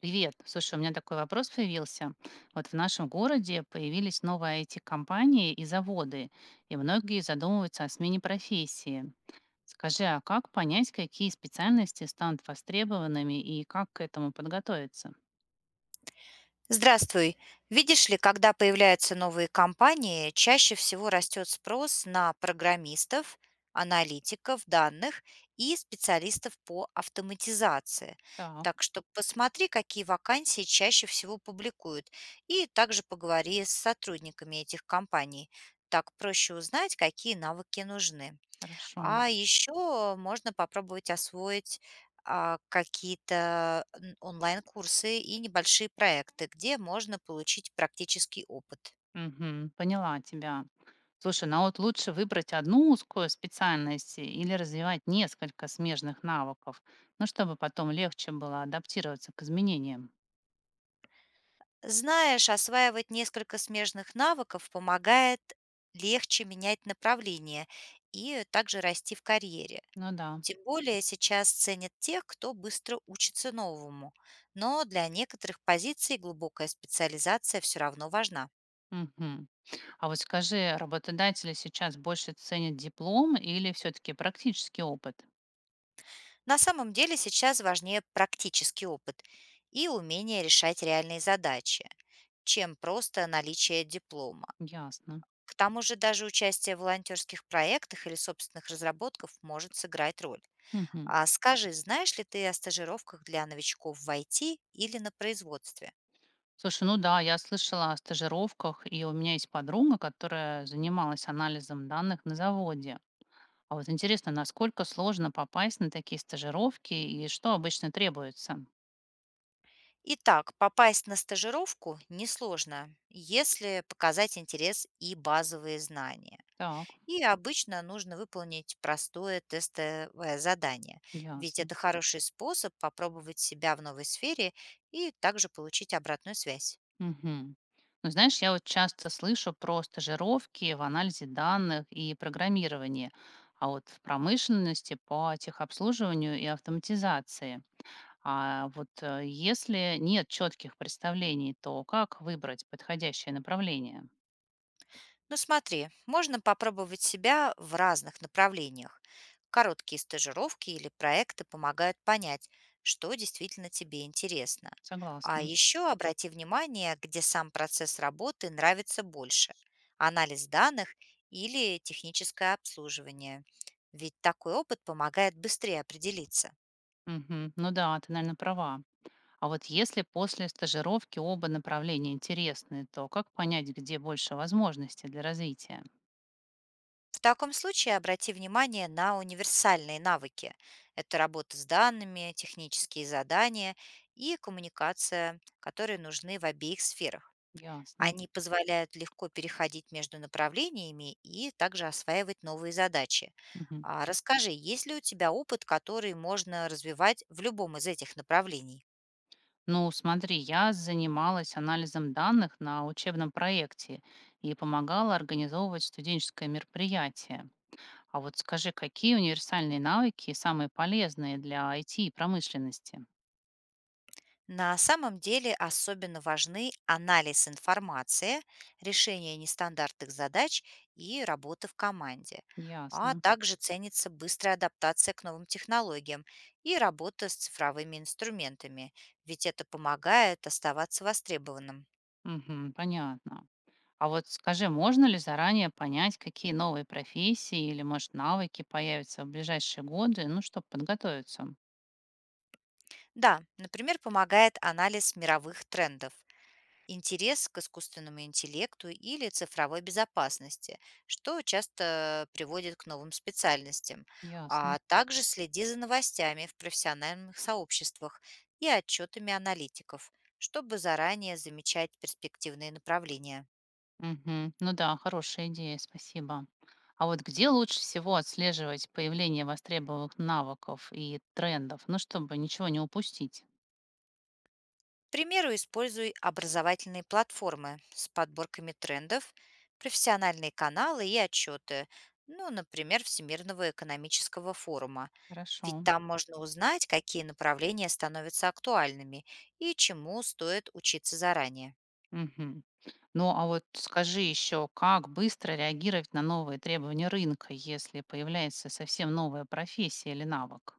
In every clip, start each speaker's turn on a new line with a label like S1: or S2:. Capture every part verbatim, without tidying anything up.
S1: Привет. Слушай, у меня такой вопрос появился. Вот в нашем городе появились новые I T-компании и заводы, и многие задумываются о смене профессии. Скажи, а как понять, какие специальности станут востребованными и как к этому подготовиться?
S2: Здравствуй. Видишь ли, когда появляются новые компании, чаще всего растет спрос на программистов, аналитиков данных и специалистов по автоматизации.
S1: Так,
S2: Так что посмотри, какие вакансии чаще всего публикуют, и также поговори с сотрудниками этих компаний. Так проще узнать, какие навыки нужны.
S1: хорошо.
S2: А еще можно попробовать освоить а, какие-то н- онлайн-курсы и небольшие проекты, где можно получить практический опыт.
S1: Мгм, поняла тебя. Слушай, ну а вот лучше выбрать одну узкую специальность или развивать несколько смежных навыков, ну, чтобы потом легче было адаптироваться к изменениям.
S2: Знаешь, осваивать несколько смежных навыков помогает легче менять направление и также расти в карьере.
S1: Ну да.
S2: Тем более сейчас ценят тех, кто быстро учится новому. Но для некоторых позиций глубокая специализация все равно важна.
S1: Мгм. А вот скажи, работодатели сейчас больше ценят диплом или все-таки практический опыт?
S2: На самом деле сейчас важнее практический опыт и умение решать реальные задачи, чем просто наличие диплома.
S1: Ясно.
S2: К тому же даже участие в волонтерских проектах или собственных разработках может сыграть роль.
S1: Мгм.
S2: А скажи, знаешь ли ты о стажировках для новичков в I T или на производстве?
S1: Слушай, ну да, я слышала о стажировках, и у меня есть подруга, которая занималась анализом данных на заводе. А вот интересно, насколько сложно попасть на такие стажировки и что обычно требуется?
S2: Итак, попасть на стажировку несложно, если показать интерес и базовые знания.
S1: Так,
S2: И обычно нужно выполнить простое тестовое задание, ведь
S1: ясно.
S2: это хороший способ попробовать себя в новой сфере и также получить обратную связь.
S1: Мгм. Ну, знаешь, я вот часто слышу про стажировки в анализе данных и программировании, а вот в промышленности по техобслуживанию и автоматизации. А вот э, если нет четких представлений, то как выбрать подходящее направление?
S2: Ну смотри, можно попробовать себя в разных направлениях. Короткие стажировки или проекты помогают понять, что действительно тебе интересно. А
S1: Согласна.
S2: еще обрати внимание, где сам процесс работы нравится больше – анализ данных или техническое обслуживание. Ведь такой опыт помогает быстрее определиться.
S1: Мгм. Ну да, ты, наверное, права. А вот если после стажировки оба направления интересны, то как понять, где больше возможностей для развития?
S2: В таком случае обрати внимание на универсальные навыки. Это работа с данными, технические задания и коммуникация, которые нужны в обеих сферах.
S1: Ясно.
S2: Они позволяют легко переходить между направлениями и также осваивать новые задачи.
S1: Мгм.
S2: А расскажи, есть ли у тебя опыт, который можно развивать в любом из этих направлений?
S1: Ну, смотри, я занималась анализом данных на учебном проекте и помогала организовывать студенческое мероприятие. А вот скажи, какие универсальные навыки самые полезные для I T и промышленности?
S2: На самом деле особенно важны анализ информации, решение нестандартных задач и работа в команде. А
S1: Ясно.
S2: также ценится быстрая адаптация к новым технологиям и работа с цифровыми инструментами, ведь это помогает оставаться востребованным.
S1: Мгм, понятно. А вот скажи, можно ли заранее понять, какие новые профессии или, может, навыки появятся в ближайшие годы, ну, чтобы подготовиться?
S2: Да, например, помогает анализ мировых трендов, интерес к искусственному интеллекту или цифровой безопасности, что часто приводит к новым специальностям,
S1: Ясно.
S2: а также следи за новостями в профессиональных сообществах и отчетами аналитиков, чтобы заранее замечать перспективные направления.
S1: Мгм. Ну да, хорошая идея, спасибо. А вот где лучше всего отслеживать появление востребованных навыков и трендов? Ну, чтобы ничего не упустить.
S2: К примеру, используй образовательные платформы с подборками трендов, профессиональные каналы и отчеты, ну, например, Всемирного экономического форума.
S1: Хорошо.
S2: Ведь там можно узнать, какие направления становятся актуальными и чему стоит учиться заранее.
S1: Мгм. Ну, а вот скажи еще, как быстро реагировать на новые требования рынка, если появляется совсем новая профессия или навык?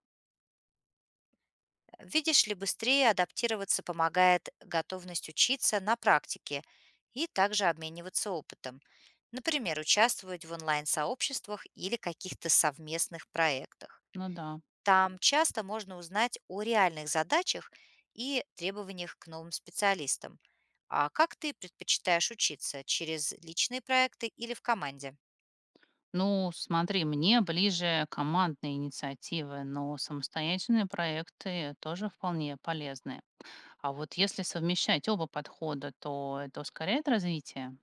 S2: Видишь ли, быстрее адаптироваться помогает готовность учиться на практике и также обмениваться опытом. Например, участвовать в онлайн-сообществах или каких-то совместных проектах.
S1: Ну да.
S2: Там часто можно узнать о реальных задачах и требованиях к новым специалистам. А как ты предпочитаешь учиться? Через личные проекты или в команде?
S1: Ну, смотри, мне ближе командные инициативы, но самостоятельные проекты тоже вполне полезны. А вот если совмещать оба подхода, то это ускоряет развитие?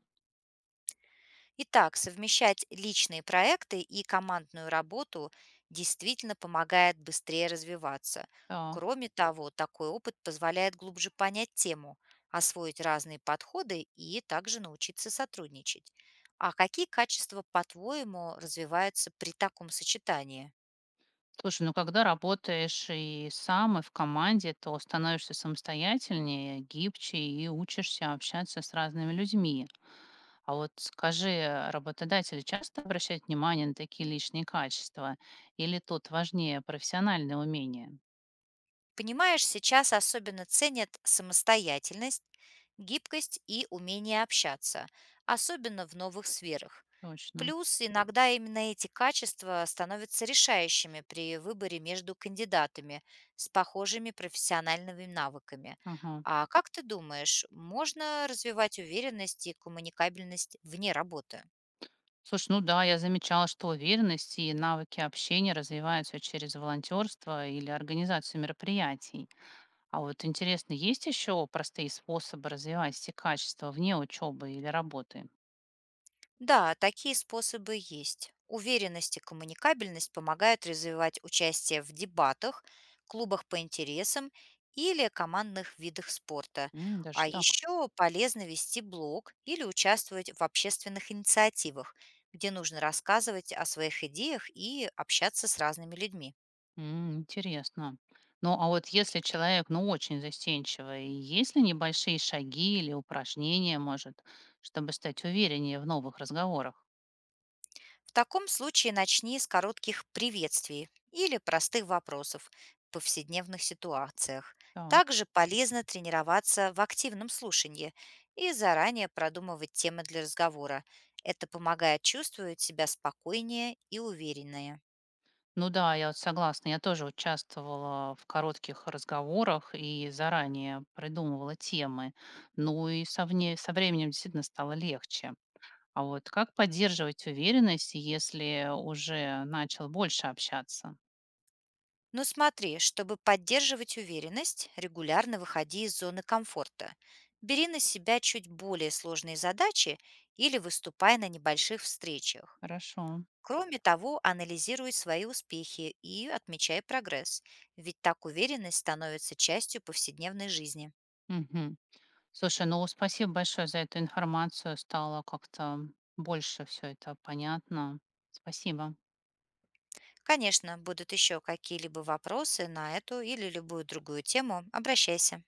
S2: Итак, совмещать личные проекты и командную работу действительно помогает быстрее развиваться.
S1: Так.
S2: Кроме того, такой опыт позволяет глубже понять тему, освоить разные подходы и также научиться сотрудничать. А какие качества, по-твоему, развиваются при таком сочетании?
S1: Слушай, ну когда работаешь и сам, и в команде, то становишься самостоятельнее, гибче и учишься общаться с разными людьми. А вот скажи, работодатели часто обращают внимание на такие личные качества? Или тут важнее профессиональные умения?
S2: Понимаешь, сейчас особенно ценят самостоятельность, гибкость и умение общаться, особенно в новых сферах.
S1: Точно.
S2: Плюс иногда именно эти качества становятся решающими при выборе между кандидатами с похожими профессиональными навыками.
S1: Ага.
S2: А как ты думаешь, можно развивать уверенность и коммуникабельность вне работы?
S1: Слушай, ну да, я замечала, что уверенность и навыки общения развиваются через волонтерство или организацию мероприятий. А вот интересно, есть еще простые способы развивать все качества вне учебы или работы?
S2: Да, такие способы есть. Уверенность и коммуникабельность помогают развивать участие в дебатах, клубах по интересам или командных видах спорта.
S1: М,
S2: А
S1: даже так.
S2: еще полезно вести блог или участвовать в общественных инициативах, где нужно рассказывать о своих идеях и общаться с разными людьми.
S1: М, интересно. Ну, а вот если человек, ну, очень застенчивый, есть ли небольшие шаги или упражнения, может, чтобы стать увереннее в новых разговорах?
S2: В таком случае начни с коротких приветствий или простых вопросов в повседневных ситуациях.
S1: Так.
S2: Также полезно тренироваться в активном слушании и заранее продумывать темы для разговора. Это помогает чувствовать себя спокойнее и увереннее.
S1: Ну да, я вот согласна. Я тоже участвовала в коротких разговорах и заранее придумывала темы. Ну и со, вне- со временем действительно стало легче. А вот как поддерживать уверенность, если уже начал больше общаться?
S2: Но смотри, чтобы поддерживать уверенность, регулярно выходи из зоны комфорта. Бери на себя чуть более сложные задачи или выступай на небольших встречах.
S1: Хорошо.
S2: Кроме того, анализируй свои успехи и отмечай прогресс, ведь так уверенность становится частью повседневной жизни.
S1: Мгм. Слушай, ну спасибо большое за эту информацию. Стало как-то больше все это понятно. Спасибо.
S2: Конечно, будут еще какие-либо вопросы на эту или любую другую тему, обращайся.